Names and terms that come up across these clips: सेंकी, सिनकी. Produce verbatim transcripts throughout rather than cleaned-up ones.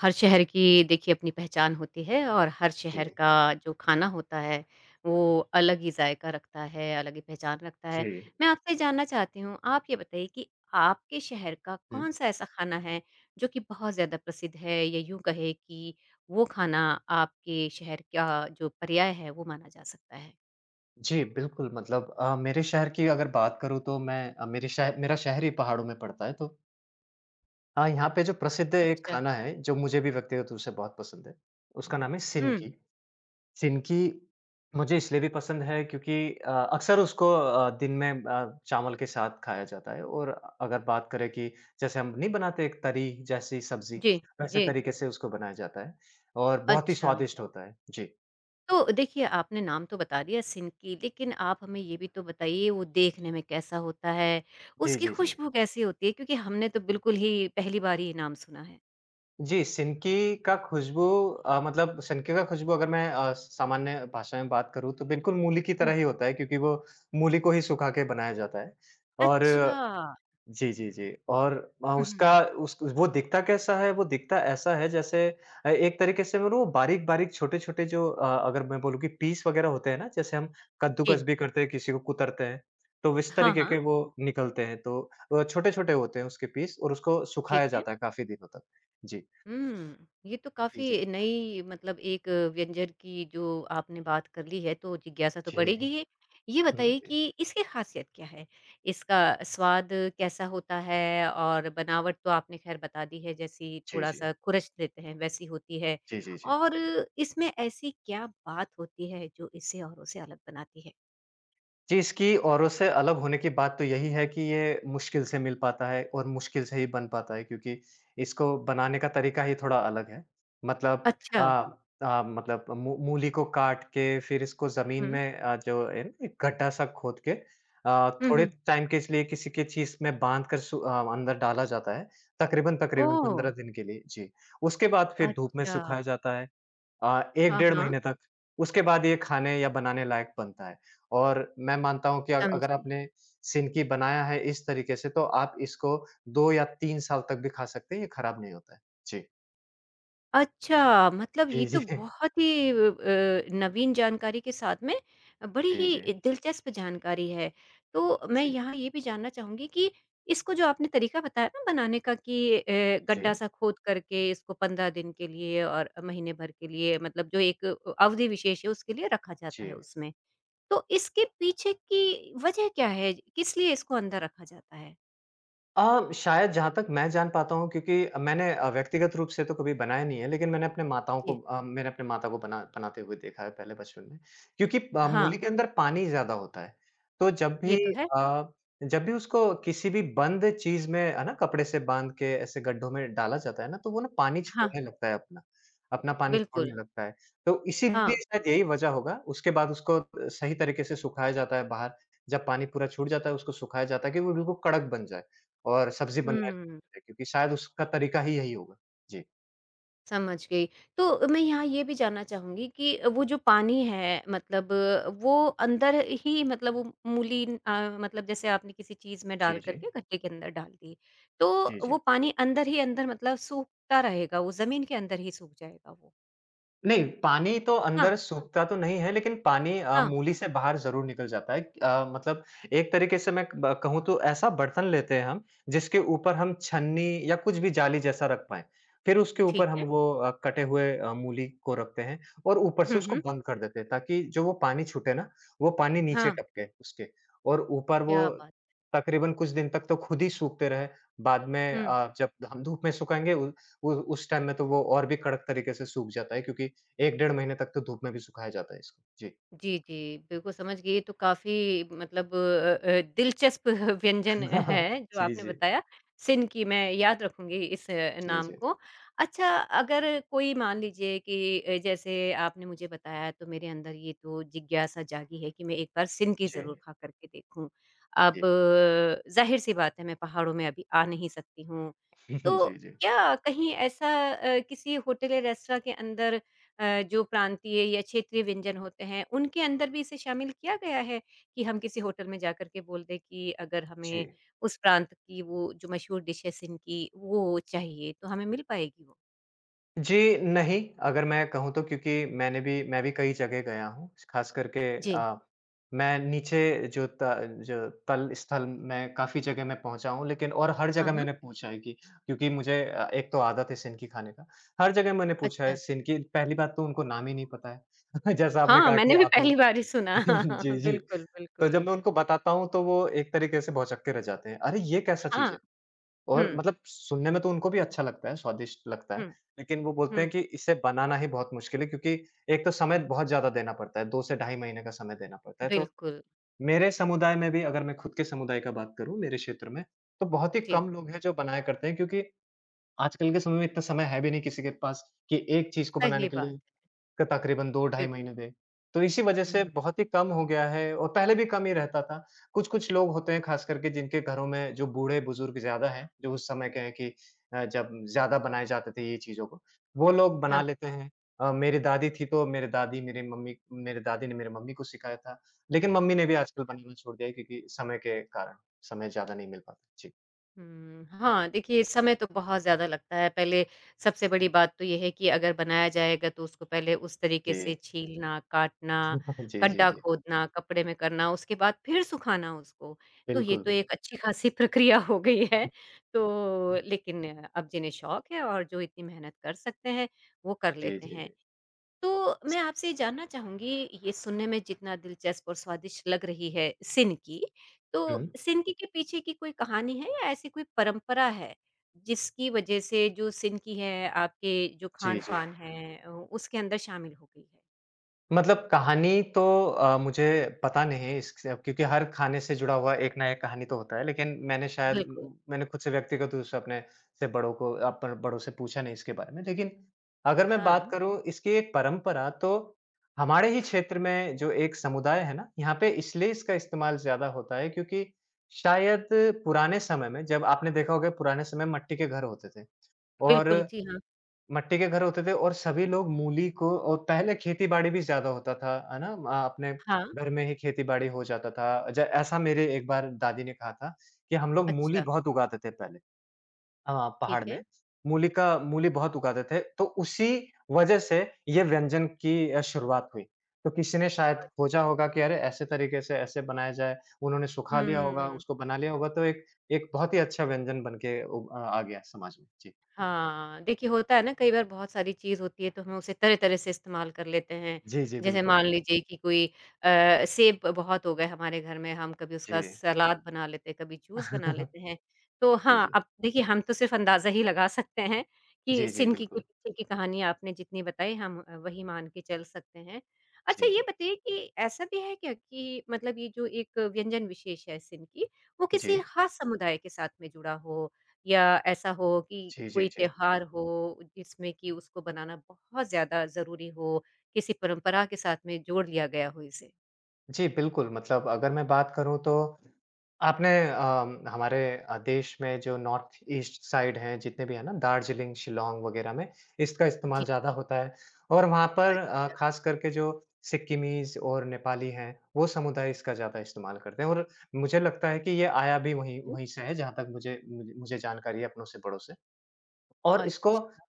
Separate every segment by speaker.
Speaker 1: हर शहर की देखिए अपनी पहचान होती है और हर शहर
Speaker 2: जी,
Speaker 1: का जो खाना होता है, वो अलग ही जायका रखता है, अलग ही पहचान रखता
Speaker 2: जी।
Speaker 1: है। मैं आपसे ये जानना चाहती हूँ, आप ये बताइए कि आपके शहर का
Speaker 2: हुँ।
Speaker 1: कौन-सा ऐसा खाना है, जो कि बहुत ज़्यादा प्रसिद्ध है या यूँ कहें कि वो खाना आपके शहर का जो पर्याय है, वो माना जा सकता है?
Speaker 2: जी, बिल्कुल मतलब अ, मेरे शहर की अगर बात करूँ तो मैं, अ, मेरे शहर मेरा शहर ही पहाड़ों में पड़ता है, तो हाँ, यहाँ पे जो प्रसिद्ध एक
Speaker 1: अच्छा।
Speaker 2: खाना है, जो मुझे भी व्यक्तिगत रूप से बहुत पसंद है, उसका नाम है
Speaker 1: हुँ।
Speaker 2: सिनकी। सिनकी मुझे इसलिए भी पसंद है क्योंकि अ, अक्सर उसको अ, दिन में अ, चावल के साथ खाया जाता है और अगर बात करें कि जैसे हम नहीं बनाते एक तरी जैसी सब्ज़ी,
Speaker 1: जी,
Speaker 2: वैसे
Speaker 1: जी।
Speaker 2: तरीके से उसको बनाया जाता है और बहुत ही
Speaker 1: अच्छा।
Speaker 2: स्वादिष्ट होता है। जी।
Speaker 1: तो देखिए, आपने नाम तो बता दिया सिनकी, लेकिन आप हमें ये भी तो बताइए वो देखने में कैसा होता है?
Speaker 2: जी,
Speaker 1: उसकी
Speaker 2: जी, जी।
Speaker 1: खुशबू कैसी होती है? क्योंकि हमने तो बिल्कुल ही पहली बार ही नाम सुना है।
Speaker 2: जी, सिनकी का खुशबू, अ, मतलब सिनके का खुशबू अगर मैं, अ, सामान्य भाषा में बात करूँ तो बिल्कुल मूली की
Speaker 1: हुँ।
Speaker 2: तरह ही होता है, क्योंकि वो मूली को ही सुखा के बनाया जाता है। और
Speaker 1: अच्छा।
Speaker 2: जी। जी, जी, जी और अ,
Speaker 1: हुँ, हुँ।
Speaker 2: उसका उस वो दिखता कैसा है? वो दिखता ऐसा है जैसे अ, एक तरीके से बोलूँ बारीक-बारीक छोटे-छोटे जो, अ, अगर मैं बोलूँ कि पीस वग़ैरह होते हैं ना, जैसे हम
Speaker 1: जी।
Speaker 2: कद्दूकस भी करते हैं, किसी को कुतरते हैं, तो इस
Speaker 1: हाँ,
Speaker 2: तरीके
Speaker 1: हाँ।
Speaker 2: के वो निकलते हैं। तो अ, छोटे-छोटे होते हैं उसके पीस, और उसको
Speaker 1: ठीक
Speaker 2: सुखाया
Speaker 1: है।
Speaker 2: जाता है काफ़ी दिनों तक। जी।
Speaker 1: हुँ। ये तो
Speaker 2: जी, जी।
Speaker 1: काफ़ी नई मतलब एक व्यंजन की जो आपने बात कर ली है तो जिज्ञासा तो
Speaker 2: जी।
Speaker 1: बढ़ेगी ही। ये
Speaker 2: हुँ,
Speaker 1: बताइए
Speaker 2: जी।
Speaker 1: कि इसकी ख़ासियत क्या है? इसका स्वाद कैसा होता है और बनावट तो आपने ख़ैर बता दी है जैसी
Speaker 2: जी, जी।
Speaker 1: थोड़ा-सा खुरच देते हैं वैसी होती है।
Speaker 2: जी, जी, जी।
Speaker 1: और इसमें ऐसी क्या बात होती है जो इसे औरों से अलग बनाती है?
Speaker 2: जी, इसकी औरों से अलग होने की बात तो यही है कि ये मुश्किल से मिल पाता है और मुश्किल से ही बन पाता है, क्योंकि इसको बनाने का तरीका ही थोड़ा अलग है। मतलब अ
Speaker 1: अच्छा।
Speaker 2: अ, मतलब मू मूली को काट के फिर इसको ज़मीन
Speaker 1: हुँ।
Speaker 2: में, अ, जो है ना एक गड्ढा सा खोद के, अ,
Speaker 1: हुँ,
Speaker 2: थोड़े
Speaker 1: हुँ।
Speaker 2: टाइम के इसलिए किसी के चीज़ में बाँध कर सु अ, अंदर डाला जाता है, तकरीबन-तकरीबन
Speaker 1: ओह!
Speaker 2: पंद्रह दिन के लिए। जी। उसके बाद फिर धूप में
Speaker 1: अच्छा।
Speaker 2: सुखाया जाता है। अ, एक
Speaker 1: हाँ,
Speaker 2: डेढ़
Speaker 1: हाँ।
Speaker 2: महीने तक, उसके बाद ये खाने या बनाने लायक बनता है। और मैं मानता हूँ कि अ अगर
Speaker 1: समझी।
Speaker 2: आपने सिनकी बनाया है इस तरीके से, तो आप इसको दो या तीन साल तक भी खा सकते हैं, ये खराब नहीं होता है। जी।
Speaker 1: अच्छा, मतलब ये
Speaker 2: जी,
Speaker 1: तो
Speaker 2: जी।
Speaker 1: बहुत ही अ अ, नवीन जानकारी के साथ में बड़ी
Speaker 2: जी, जी।
Speaker 1: ही दिलचस्प जानकारी है। तो मैं
Speaker 2: जी,
Speaker 1: यहाँ ये भी जानना चाहूँगी कि इसको जो आपने तरीका बताया ना बनाने का कि अ,
Speaker 2: जी,
Speaker 1: गड्ढा-सा खोद करके इसको पंद्रह दिन के लिए और महीने भर के लिए मतलब जो एक अ, अवधि विशेष है उसके लिए रखा जाता है
Speaker 2: जी।
Speaker 1: उसमें। तो इसके पीछे की वजह क्या है? किस लिए इसको अंदर रखा जाता है?
Speaker 2: अ, शायद जहाँ तक मैं जान पाता हूँ, क्योंकि मैंने अ, व्यक्तिगत रूप से तो कभी बनाया नहीं है, लेकिन मैंने अपने माताओं
Speaker 1: जी।
Speaker 2: को, अ, मैंने अपने माता को बना बनाते हुए देखा है पहले बचपन में। क्योंकि अ,
Speaker 1: हाँ,
Speaker 2: मूली के अंदर पानी ज़्यादा होता है, तो जब
Speaker 1: ये
Speaker 2: भी
Speaker 1: तो है।
Speaker 2: अ, जब भी उसको किसी भी बंद चीज़ में है ना, कपड़े से बाँध के ऐसे गड्ढों में डाला जाता है ना, तो वो ना पानी
Speaker 1: हाँ,
Speaker 2: छोड़ने लगता है अपना, अपना पानी
Speaker 1: बिल्कुल।
Speaker 2: छोड़ने लगता है। तो इसीलिए
Speaker 1: हाँ।
Speaker 2: शायद यही वजह होगा, उसके बाद उसको अ, सही तरीके से सुखाया जाता है बाहर, जब पानी पूरा छूट जाता है उसको सुखाया जाता है कि वो बिल्कुल कड़क बन जाए। और सब्ज़ी बनने
Speaker 1: हुँ।
Speaker 2: लगती है, क्योंकि शायद उसका तरीका ही यही होगा। जी।
Speaker 1: समझ गई। तो मैं यहाँ ये भी जानना चाहूँगी कि वो जो पानी है मतलब वो अंदर ही मतलब वो मूली अ, मतलब जैसे आपने किसी चीज़ में डाल
Speaker 2: जी,
Speaker 1: कर
Speaker 2: जी।
Speaker 1: के गट्टे के अंदर डाल दी। तो
Speaker 2: जी,
Speaker 1: वो
Speaker 2: जी।
Speaker 1: पानी अंदर ही अंदर मतलब सूखता रहेगा, वो ज़मीन के अंदर ही सूख जाएगा वो।
Speaker 2: नहीं, पानी तो
Speaker 1: हाँ,
Speaker 2: अंदर सूखता तो नहीं है, लेकिन पानी, अ,
Speaker 1: हाँ,
Speaker 2: मूली से बाहर ज़रूर निकल जाता है। अ, मतलब एक तरीके से मैं ब कहूँ तो ऐसा बर्तन लेते हैं हम, जिसके ऊपर हम छन्नी या कुछ भी जाली जैसा रख पाएँ। फिर उसके
Speaker 1: ठीक
Speaker 2: ऊपर हम
Speaker 1: है।
Speaker 2: वो, अ, कटे हुए अ, मूली को रखते हैं, और ऊपर
Speaker 1: हुँ,
Speaker 2: से उसको
Speaker 1: हुँ।
Speaker 2: बंद कर देते हैं ताकि जो वो पानी छूटे ना, वो पानी नीचे
Speaker 1: हाँ,
Speaker 2: टपके उसके, और ऊपर वो
Speaker 1: क्या बात!
Speaker 2: तकरीबन कुछ दिन तक तो खुद ही सूखते रहे। बाद में
Speaker 1: हुँ।
Speaker 2: अ, जब हम धूप में सुखाएँगे उ उ उस टाइम में तो वो और भी कड़क तरीके से सूख जाता है, क्योंकि एक डेढ़ महीने तक तो धूप में भी सुखाया जाता है इसको। जी।
Speaker 1: जी, जी। बिल्कुल समझ गई, ये तो काफ़ी मतलब अ अ, दिलचस्प व्यंजन है जो
Speaker 2: जी,
Speaker 1: आपने
Speaker 2: जी।
Speaker 1: बताया। सिनकी मैं याद रखूँगी इस अ,
Speaker 2: जी,
Speaker 1: नाम
Speaker 2: जी।
Speaker 1: को। अच्छा अगर कोई मान लीजिए कि अ, जैसे आपने मुझे बताया तो मेरे अंदर ये तो जिज्ञासा जागी है कि मैं एक बार सिनकी
Speaker 2: जी,
Speaker 1: ज़रूर खा करके देखूँ। अब
Speaker 2: जी।
Speaker 1: ज़ाहिर-सी बात है मैं पहाड़ों में अभी आ नहीं सकती हूँ। तो
Speaker 2: जी, जी।
Speaker 1: क्या कहीं ऐसा अ, किसी होटल या रेस्तराँ के अंदर अ, जो प्रांतीय या क्षेत्रीय व्यंजन होते हैं, उनके अंदर भी इसे शामिल किया गया है कि हम किसी होटल में जाकर के बोल दें कि अगर
Speaker 2: जी।
Speaker 1: हमें उस प्रांत की वो जो मशहूर डिशेज़ इनकी, वो चाहिए, तो हमें मिल पाएगी वो?
Speaker 2: जी, नहीं, अगर मैं कहूँ तो, क्योंकि मैंने भी मैं भी कई जगह गया हूँ, ख़ास करके
Speaker 1: जी।
Speaker 2: अ, मैं नीचे जो त जो तल स्थल, मैं काफ़ी जगह मैं पहुँचा हूँ, लेकिन और हर
Speaker 1: हाँ,
Speaker 2: जगह
Speaker 1: हाँ।
Speaker 2: मैंने पूछा है कि, क्योंकि मुझे अ, एक तो आदत है सेंकी खाने का, हर जगह मैंने पूछा है
Speaker 1: अच्छा।
Speaker 2: सेंकी, पहली बात तो उनको नाम ही नहीं पता है। जैसा आपने
Speaker 1: हाँ,
Speaker 2: कहा कि
Speaker 1: मैंने भी
Speaker 2: आपने
Speaker 1: पहली बार ही सुना। हाँ, हाँ,
Speaker 2: जी,
Speaker 1: हाँ,
Speaker 2: जी।
Speaker 1: बिल्कुल,
Speaker 2: तो जब
Speaker 1: बिल्कुल।
Speaker 2: मैं उनको बताता हूँ, तो वो एक तरीके से भौचक्के रह जाते हैं। अरे! ये कैसा
Speaker 1: हाँ,
Speaker 2: चीज़ है? और
Speaker 1: हुँ,
Speaker 2: मतलब सुनने में तो उनको भी अच्छा लगता है, स्वादिष्ट लगता है।
Speaker 1: हुँ,
Speaker 2: लेकिन वो बोलते हैं
Speaker 1: हुँ,
Speaker 2: कि इसे बनाना ही बहुत मुश्किल है, क्योंकि एक तो समय बहुत ज़्यादा देना पड़ता है, दो से ढाई महीने का समय देना पड़ता है। तो
Speaker 1: बिल्कुल।
Speaker 2: मेरे समुदाय में भी अगर मैं खुद के समुदाय का बात करूँ, मेरे क्षेत्र में, तो बहुत ही
Speaker 1: जी,
Speaker 2: कम लोग हैं जो बनाया करते हैं, क्योंकि आजकल के समय में इतना समय है भी नहीं किसी के पास कि एक चीज़ को बनाने
Speaker 1: सही
Speaker 2: के लिए
Speaker 1: बात है,
Speaker 2: क तकरीबन दो ढाई
Speaker 1: बिल्कुल।
Speaker 2: महीने पे। तो इसी वजह
Speaker 1: हुँ,
Speaker 2: से
Speaker 1: हुँ,
Speaker 2: बहुत ही कम हो गया है, और पहले भी कम ही रहता था। कुछ-कुछ लोग होते हैं ख़ास करके जिनके घरों में जो बूढ़े-बुज़ुर्ग ज़्यादा हैं, जो उस समय के हैं कि अ, जब ज़्यादा बनाए जाते थे ये चीज़ों को, वो लोग बना
Speaker 1: हाँ।
Speaker 2: लेते हैं। अ, मेरी दादी थी, तो मेरे दादी मेरे मम्मी मेरे दादी ने मेरे मम्मी को सिखाया था। लेकिन मम्मी ने भी आजकल बनाना छोड़ दिया है, क्योंकि समय के कारण, समय ज़्यादा नहीं मिल पाता। जी।
Speaker 1: हुँ, हाँ, देखिए समय तो बहुत ज़्यादा लगता है। पहले सबसे बड़ी बात तो ये है कि अगर बनाया जाएगा तो उसको पहले उस तरीके
Speaker 2: जी।
Speaker 1: से छीलना, काटना,
Speaker 2: जी, जी,
Speaker 1: गड्ढा
Speaker 2: जी।
Speaker 1: खोदना, कपड़े में करना, उसके बाद फिर सुखाना उसको। तो ये
Speaker 2: बिल्कुल,
Speaker 1: तो
Speaker 2: बिल्कुल।
Speaker 1: एक अच्छी खासी प्रक्रिया हो गई है। तो लेकिन अब जिन्हें शौक है और जो इतनी मेहनत कर सकते हैं, वो कर
Speaker 2: जी,
Speaker 1: लेते
Speaker 2: जी,
Speaker 1: हैं।
Speaker 2: जी।
Speaker 1: तो मैं आपसे ये जानना चाहूँगी, ये सुनने में जितना दिलचस्प और स्वादिष्ट लग रही है सिन की,
Speaker 2: हुँ।
Speaker 1: तो सिनकी के पीछे की कोई कहानी है या ऐसी कोई परंपरा है, जिसकी वजह से जो सिनकी है, आपके जो
Speaker 2: जी, जी।
Speaker 1: खान-पान है अ, उसके अंदर शामिल हो गई है?
Speaker 2: मतलब कहानी तो, अ, मुझे पता नहीं इससे, क्योंकि हर खाने से जुड़ा हुआ एक ना एक कहानी तो होता है, लेकिन मैंने शायद
Speaker 1: बिल्कुल,
Speaker 2: मैंने खुद से व्यक्तिगत रूप से अपने से बड़ों को अप बड़ों से पूछा नहीं इसके बारे में। लेकिन अगर मैं बात
Speaker 1: हाँ,
Speaker 2: करूँ इसकी एक परंपरा तो, हमारे ही क्षेत्र में जो एक समुदाय है ना, यहाँ पे इसलिए इसका इस्तेमाल ज़्यादा होता है, क्योंकि शायद पुराने समय में, जब आपने देखा होगा पुराने समय में मट्टी के घर होते थे, और
Speaker 1: बिल्कुल, जी हाँ।
Speaker 2: मट्टी के घर होते थे और सभी लोग मूली को, और पहले खेती-बाड़ी भी ज़्यादा होता था, है ना? अ, अपने
Speaker 1: हाँ,
Speaker 2: घर में ही खेती-बाड़ी हो जाता था। ज ऐसा मेरे एक बार दादी ने कहा था कि हम लोग मूली
Speaker 1: अच्छा,
Speaker 2: बहुत उगाते थे पहले, हाँ, पहाड़
Speaker 1: ठीक है।
Speaker 2: में। मूली का मूली बहुत उगाते थे, तो उसी वजह से ये व्यंजन की अ, शुरुआत हुई। तो किसी ने शायद
Speaker 1: अ,
Speaker 2: खोजा होगा कि अरे! ऐसे तरीके से ऐसे बनाया जाए, उन्होंने सुखा लिया होगा,
Speaker 1: हुँ।
Speaker 2: उसको बना लिया होगा, तो एक एक बहुत ही अच्छा व्यंजन बन के उ अ, आ गया समाज में। जी।
Speaker 1: हाँ, देखिए होता है ना कई बार बहुत सारी चीज़ होती है तो हम उसे तरह-तरह से इस्तेमाल कर लेते हैं।
Speaker 2: जी, जी,
Speaker 1: जैसे
Speaker 2: बिल्कुल।
Speaker 1: मान लीजिए कि कोई अ, सेब बहुत हो गए हमारे घर में, हम कभी
Speaker 2: जी।
Speaker 1: उसका सलाद बना लेते हैं, कभी जूस बना लेते हैं। तो
Speaker 2: जी,
Speaker 1: हाँ,
Speaker 2: जी।
Speaker 1: अब देखिए हम तो सिर्फ़ अंदाज़ा ही लगा सकते हैं कि
Speaker 2: जी, जी,
Speaker 1: सिनकी के
Speaker 2: बिल्कुल।
Speaker 1: पीछे की कहानी आपने जितनी बताई हम अ, वही मान के चल सकते हैं। अच्छा
Speaker 2: जी,
Speaker 1: ये
Speaker 2: जी।
Speaker 1: बताइए कि ऐसा भी है क्या कि मतलब ये जो एक व्यंजन विशेष है सिनकी, वो किसी
Speaker 2: जी।
Speaker 1: ख़ास समुदाय के साथ में जुड़ा हो? या ऐसा हो कि
Speaker 2: जी, जी,
Speaker 1: कोई
Speaker 2: जी।
Speaker 1: त्योहार हो जिसमें कि उसको बनाना बहुत ज़्यादा ज़रूरी हो, किसी परंपरा के साथ में जोड़ लिया गया हो इसे?
Speaker 2: जी, बिल्कुल मतलब अगर मैं बात करूँ तो आपने अ, हमारे अ, देश में जो नॉर्थ ईस्ट साइड हैं जितने भी हैं ना, दार्जिलिंग, शिलांग वग़ैरह में इसका
Speaker 1: जी,
Speaker 2: इस्तेमाल ज़्यादा होता है, और वहाँ पर अ,
Speaker 1: अच्छा,
Speaker 2: ख़ास करके जो सिक्किमीज़ और नेपाली हैं, वो समुदाय इसका ज़्यादा इस्तेमाल करते हैं। और मुझे लगता है कि ये आया भी वहीं
Speaker 1: हुँ,
Speaker 2: वहीं से है, जहाँ तक मुझे मुझे मुझे जानकारी है अपनों से बड़ों से, और इसको
Speaker 1: अच्छा,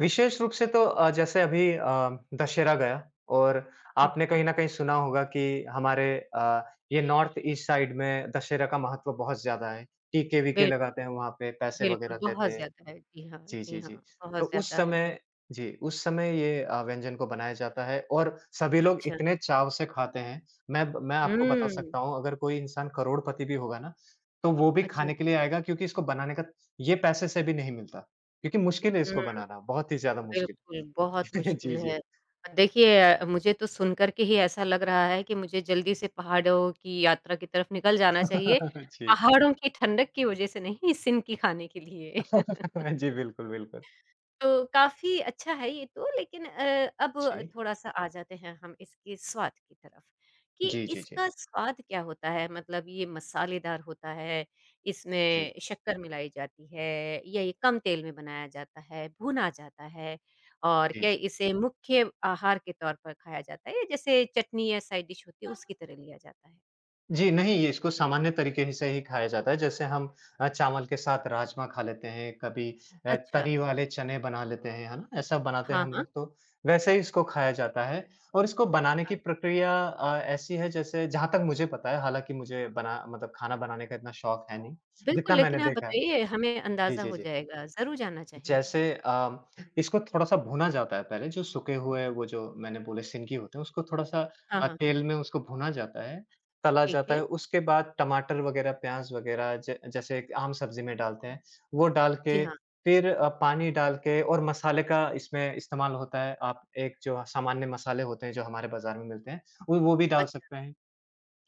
Speaker 2: विशेष रूप से तो अ, जैसे अभी अ, दशहरा गया। और
Speaker 1: हुँ,
Speaker 2: आपने कहीं न कहीं सुना होगा कि हमारे, अ, ये नॉर्थ ईस्ट साइड में दशहरा का महत्व बहुत ज़्यादा है। टीके-वीके
Speaker 1: बिल्कुल,
Speaker 2: लगाते हैं वहाँ पे, पैसे वगैरह
Speaker 1: बिल्कुल,
Speaker 2: देते
Speaker 1: बहुत
Speaker 2: हैं।
Speaker 1: ज़्यादा है। जी हाँ,
Speaker 2: जी,
Speaker 1: जी
Speaker 2: जी, जी।
Speaker 1: हाँ, बहुत
Speaker 2: तो उस
Speaker 1: ज़्यादा है।
Speaker 2: समय, जी, उस समय ये अ, व्यंजन को बनाया जाता है और सभी लोग
Speaker 1: अच्छा,
Speaker 2: इतने चाव से खाते हैं। मैं ब मैं आपको बता
Speaker 1: हुँ,
Speaker 2: सकता हूँ अगर कोई इंसान करोड़पति भी होगा ना, तो वो भी
Speaker 1: अच्छा,
Speaker 2: खाने के लिए आएगा, क्योंकि इसको बनाने का ये पैसे से भी नहीं मिलता। क्योंकि मुश्किल है इसको
Speaker 1: हुँ।
Speaker 2: बनाना, बहुत ही ज़्यादा मुश्किल।
Speaker 1: बिल्कुल, बहुत
Speaker 2: है।
Speaker 1: मुश्किल
Speaker 2: जी, जी।
Speaker 1: है। देखिए अ, मुझे तो सुन कर के ही ऐसा लग रहा है कि मुझे जल्दी से पहाड़ों की यात्रा की तरफ निकल जाना चाहिए,
Speaker 2: जी।
Speaker 1: पहाड़ों की ठंडक की वज़ह से नहीं, सिन की खाने के लिए।
Speaker 2: जी, बिल्कुल, बिल्कुल।
Speaker 1: तो काफ़ी अच्छा है ये तो लेकिन अ, अब
Speaker 2: जी।
Speaker 1: थोड़ा-सा आ जाते हैं हम इसके स्वाद की तरफ, कि
Speaker 2: जी, जी, जी।
Speaker 1: इसका स्वाद क्या होता है? मतलब ये मसालेदार होता है,
Speaker 2: जी,
Speaker 1: इसमें शक्कर मिलाई जाती है या ये कम तेल में बनाया जाता है, भुना जाता है? और
Speaker 2: जी,
Speaker 1: क्या
Speaker 2: जी।
Speaker 1: इसे मुख्य आहार के तौर पर खाया जाता है या जैसे चटनी या साइड डिश होती है उसकी तरह लिया जाता है?
Speaker 2: जी, नहीं, ये इसको सामान्य तरीके ही से ही खाया जाता है, जैसे हम अ, चावल के साथ राजमा खा लेते हैं, कभी अ,
Speaker 1: अच्छा।
Speaker 2: तरी वाले चने बना लेते हैं, है ना? ऐसा बनाते हैं
Speaker 1: हाँ,
Speaker 2: हम
Speaker 1: हाँ।
Speaker 2: लोग तो, वैसे ही इसको खाया जाता है। और इसको बनाने की
Speaker 1: अ,
Speaker 2: प्रक्रिया अ, ऐसी है जैसे, जहाँ तक मुझे पता है, हालाँकि मुझे बना मतलब खाना बनाने का इतना शौक है नहीं,
Speaker 1: बिल्कुल
Speaker 2: जितना
Speaker 1: लेकिन
Speaker 2: मैंने
Speaker 1: आप
Speaker 2: देखा है।
Speaker 1: बताइए हमें
Speaker 2: जी,
Speaker 1: अंदाज़ा
Speaker 2: जी,
Speaker 1: हो
Speaker 2: जी।
Speaker 1: जाएगा, ज़रूर जानना चाहेंगे।
Speaker 2: जैसे अ, इसको थोड़ा-सा भुना जाता है पहले, जो सूखे हुए वो जो मैंने बोले सिनकी होते हैं उसको थोड़ा-सा
Speaker 1: हाँ,
Speaker 2: अ,
Speaker 1: हाँ।
Speaker 2: तेल में उसको भुना जाता है, तला
Speaker 1: ठीक
Speaker 2: जाता
Speaker 1: है।
Speaker 2: है। उसके बाद टमाटर वगैरह, प्याज़ वगैरह, ज जैसे एक आम सब्ज़ी में डालते हैं, वो डाल के
Speaker 1: जी हाँ।
Speaker 2: फिर अ, पानी डाल के, और मसाले का इसमें इस्तेमाल होता है। आप एक जो सामान्य मसाले होते हैं जो हमारे बाज़ार में मिलते हैं, वो वो भी डाल
Speaker 1: अच्छा,
Speaker 2: सकते हैं।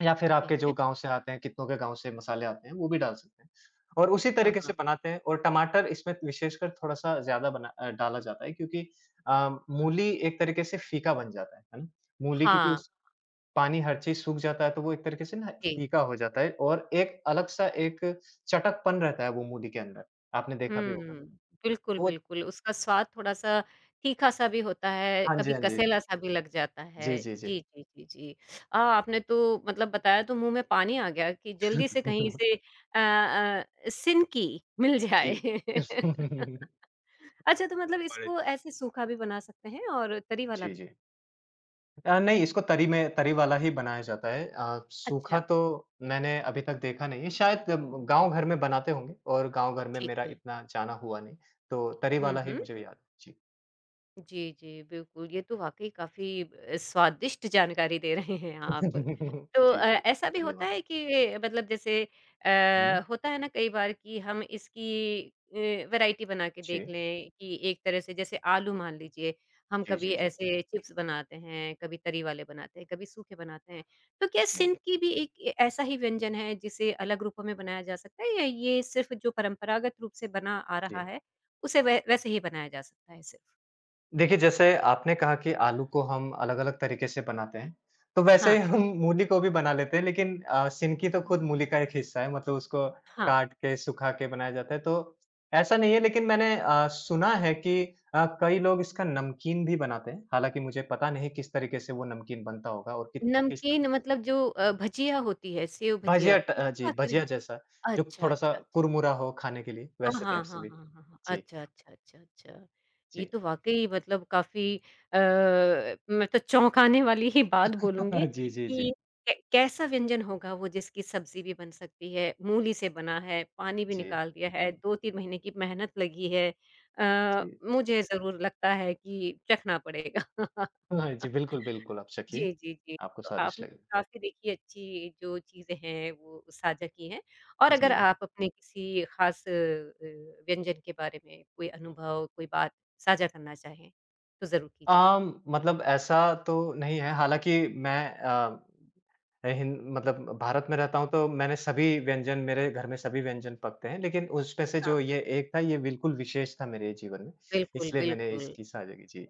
Speaker 2: या फिर
Speaker 1: ठीक
Speaker 2: आपके जो
Speaker 1: है।
Speaker 2: गाँव से आते हैं, कितनों के गाँव से मसाले आते हैं, वो भी डाल सकते हैं। और उसी
Speaker 1: हाँ,
Speaker 2: तरीके
Speaker 1: हाँ।
Speaker 2: से बनाते हैं, और टमाटर इसमें विशेषकर थोड़ा-सा ज़्यादा बना अ, डाला जाता है, क्योंकि अ, मूली एक तरीके से फीका बन जाता है, है ना? मूली क्योंकि
Speaker 1: हाँ,
Speaker 2: उस पानी हर चीज़ सूख जाता है, तो वो एक तरीके से ना
Speaker 1: जी।
Speaker 2: फीका हो जाता है, और एक अलग-सा एक चटकपन रहता है वो मूली के अंदर, आपने देखा भी होगा।
Speaker 1: हुँ, बिल्कुल,
Speaker 2: वो
Speaker 1: बिल्कुल, उसका स्वाद थोड़ा-सा तीखा-सा भी होता है,
Speaker 2: हाँ जी,
Speaker 1: कभी
Speaker 2: हाँ जी।
Speaker 1: कसेला-सा भी लग जाता
Speaker 2: जी,
Speaker 1: है।
Speaker 2: जी, जी।
Speaker 1: जी, जी, जी, जी। अ, आपने तो मतलब बताया तो मुँह में पानी आ गया कि जल्दी से कहीं से अ अ, सिनकी मिल
Speaker 2: जी।
Speaker 1: जाए। अच्छा, तो मतलब
Speaker 2: और
Speaker 1: इसको ऐसे सूखा भी बना सकते हैं और तरी वाला
Speaker 2: जी,
Speaker 1: भी?
Speaker 2: जी। अ, नहीं, इसको तरी में तरी वाला ही बनाया जाता है। अ,
Speaker 1: अच्छा,
Speaker 2: सूखा तो मैंने अभी तक देखा नहीं है, शायद गाँव घर में बनाते होंगे, और गाँव घर में
Speaker 1: ठीक
Speaker 2: मेरा
Speaker 1: है।
Speaker 2: इतना जाना हुआ नहीं, तो तरी
Speaker 1: हुँ,
Speaker 2: वाला ही
Speaker 1: हुँ।
Speaker 2: मुझे याद है। जी।
Speaker 1: जी, जी, बिल्कुल, ये तो वाक़ई काफ़ी अ, स्वादिष्ट जानकारी दे रहे हैं आप। तो
Speaker 2: जी,
Speaker 1: अ,
Speaker 2: जी।
Speaker 1: ऐसा भी होता
Speaker 2: धन्यवाद।
Speaker 1: है कि मतलब जैसे
Speaker 2: हुँ।
Speaker 1: अ, होता है ना कई बार कि हम इसकी अ, वैराइटी बना के देख
Speaker 2: जी।
Speaker 1: लें कि एक तरह से जैसे आलू मान लीजिए, हम
Speaker 2: जी,
Speaker 1: कभी
Speaker 2: जी, जी।
Speaker 1: ऐसे चिप्स बनाते हैं, कभी तरी वाले बनाते हैं, कभी सूखे बनाते हैं। तो क्या
Speaker 2: जी,
Speaker 1: सिंध की भी एक ए ऐसा ही व्यंजन है जिसे अलग रूपों में बनाया जा सकता है या ये सिर्फ़ जो परंपरागत रूप से बना आ रहा
Speaker 2: जी।
Speaker 1: है, उसे वै वैसे ही बनाया जा सकता है सिर्फ़?
Speaker 2: देखिए, जैसे आपने कहा कि आलू को हम अलग-अलग तरीके से बनाते हैं, तो वैसे
Speaker 1: हाँ।
Speaker 2: ही हम मूली को भी बना लेते हैं, लेकिन अ, सिनकी तो खुद मूली का एक हिस्सा है, मतलब उसको
Speaker 1: हाँ,
Speaker 2: काट के, सुखा के बनाया जाता है, तो ऐसा नहीं है। लेकिन मैंने अ, सुना है कि अ, कई लोग इसका नमकीन भी बनाते हैं, हालाँकि मुझे पता नहीं किस तरीके से वो नमकीन बनता होगा, और कित किस तर-
Speaker 1: नमकीन मतलब जो अ, भजिया होती है, सेव भजिया,
Speaker 2: भजिया ट अ,
Speaker 1: उसकी
Speaker 2: जी,
Speaker 1: बात करें?
Speaker 2: भजिया जैसा जो
Speaker 1: अच्छा,
Speaker 2: थोड़ा-सा
Speaker 1: अच्छा, अच्छा।
Speaker 2: कुरमुरा हो खाने के लिए,
Speaker 1: हाँ,
Speaker 2: वैसे
Speaker 1: हाँ,
Speaker 2: टाइप से
Speaker 1: हाँ,
Speaker 2: भी।
Speaker 1: हाँ, हाँ, हाँ।
Speaker 2: जी,
Speaker 1: अच्छा, अच्छा, अच्छा, अच्छा। ये
Speaker 2: जी।
Speaker 1: तो वाक़ई मतलब काफ़ी अ, मैं तो चौंकाने वाली ही बात बोलूँगी
Speaker 2: जी, जी, जी।
Speaker 1: कि कै कैसा व्यंजन होगा वो जिसकी सब्ज़ी भी बन सकती है, मूली से बना है, पानी भी
Speaker 2: जी,
Speaker 1: निकाल दिया है, दो तीन महीने की मेहनत लगी है। अ,
Speaker 2: जी।
Speaker 1: मुझे ज़रूर लगता है कि चखना पड़ेगा।
Speaker 2: हाँ, जी, बिल्कुल, बिल्कुल, आप चखिए,
Speaker 1: जी, जी, जी।
Speaker 2: आपको
Speaker 1: तो
Speaker 2: स्वादिष्ट
Speaker 1: आपने
Speaker 2: लगेगा।
Speaker 1: काफ़ी देखिए अच्छी जो चीज़ें हैं वो साझा की हैं और अगर
Speaker 2: जी।
Speaker 1: आप अपने किसी ख़ास अ, व्यंजन के बारे में कोई अनुभव, कोई बात साझा करना चाहें, तो ज़रूर कीजिए।
Speaker 2: आम मतलब ऐसा तो नहीं है, हालाँकि मैं, अ, हिंद मतलब भारत में रहता हूँ, तो मैंने सभी व्यंजन मेरे घर में सभी व्यंजन पकते हैं, लेकिन उसमें से
Speaker 1: हाँ,
Speaker 2: जो ये एक था, ये बिल्कुल विशेष था मेरे जीवन में,
Speaker 1: बिल्कुल,
Speaker 2: इसलिए मैंने
Speaker 1: बिल्कुल।
Speaker 2: इसकी साझा की। जी।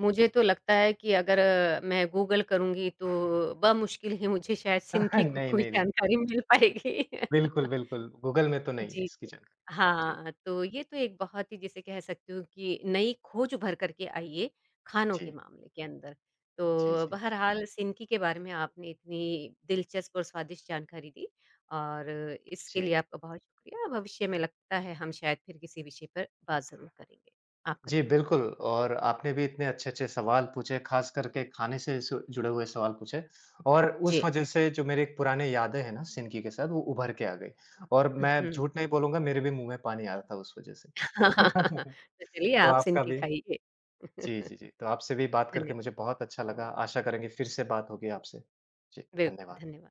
Speaker 1: मुझे तो लगता है कि अगर अ, मैं गूगल करूँगी तो बमुश्किल ही मुझे शायद सिंध की को
Speaker 2: नहीं,
Speaker 1: कोई
Speaker 2: नहीं, नहीं।
Speaker 1: जानकारी मिल पाएगी।
Speaker 2: बिल्कुल, बिल्कुल, गूगल में तो नहीं है
Speaker 1: जी,
Speaker 2: इसकी
Speaker 1: जी।
Speaker 2: जानकारी। जी,
Speaker 1: हाँ, तो ये तो एक बहुत ही जिसे कह सकती हूँ कि नई खोज उभर कर के आई है, खानों के
Speaker 2: जी,
Speaker 1: मामले के अंदर।
Speaker 2: जी,
Speaker 1: तो
Speaker 2: जी,
Speaker 1: बहरहाल सिनकी के बारे में आपने इतनी दिलचस्प और स्वादिष्ट जानकारी दी और इसके लिए
Speaker 2: जी।
Speaker 1: आपका बहुत शुक्रिया। भविष्य में लगता है हम शायद फिर किसी विषय पर बात ज़रूर करेंगे। आपका
Speaker 2: जी,
Speaker 1: धन्यवाद।
Speaker 2: बिल्कुल, और आपने भी इतने अच्छे-अच्छे सवाल पूछे, ख़ास करके खाने से सु जुड़े हुए सवाल पूछे, और
Speaker 1: जी।
Speaker 2: उस वज़ह से जो मेरे एक पुराने यादें हैं ना सिनकी के साथ, वो उभर के आ गई। और मैं
Speaker 1: हुँ।
Speaker 2: झूठ नहीं बोलूँगा, मेरे भी मुँह में पानी आ रहा था उस वज़ह से।
Speaker 1: तो चलिए
Speaker 2: तो
Speaker 1: आप
Speaker 2: आपका
Speaker 1: सिनकी
Speaker 2: भी
Speaker 1: खाइए।
Speaker 2: जी, जी, जी।
Speaker 1: धन्य
Speaker 2: तो आपसे भी बात करके मुझे बहुत अच्छा लगा, आशा करेंगे फिर से बात होगी आपसे। जी,
Speaker 1: बिल्कुल,
Speaker 2: धन्यवाद।
Speaker 1: धन्यवाद।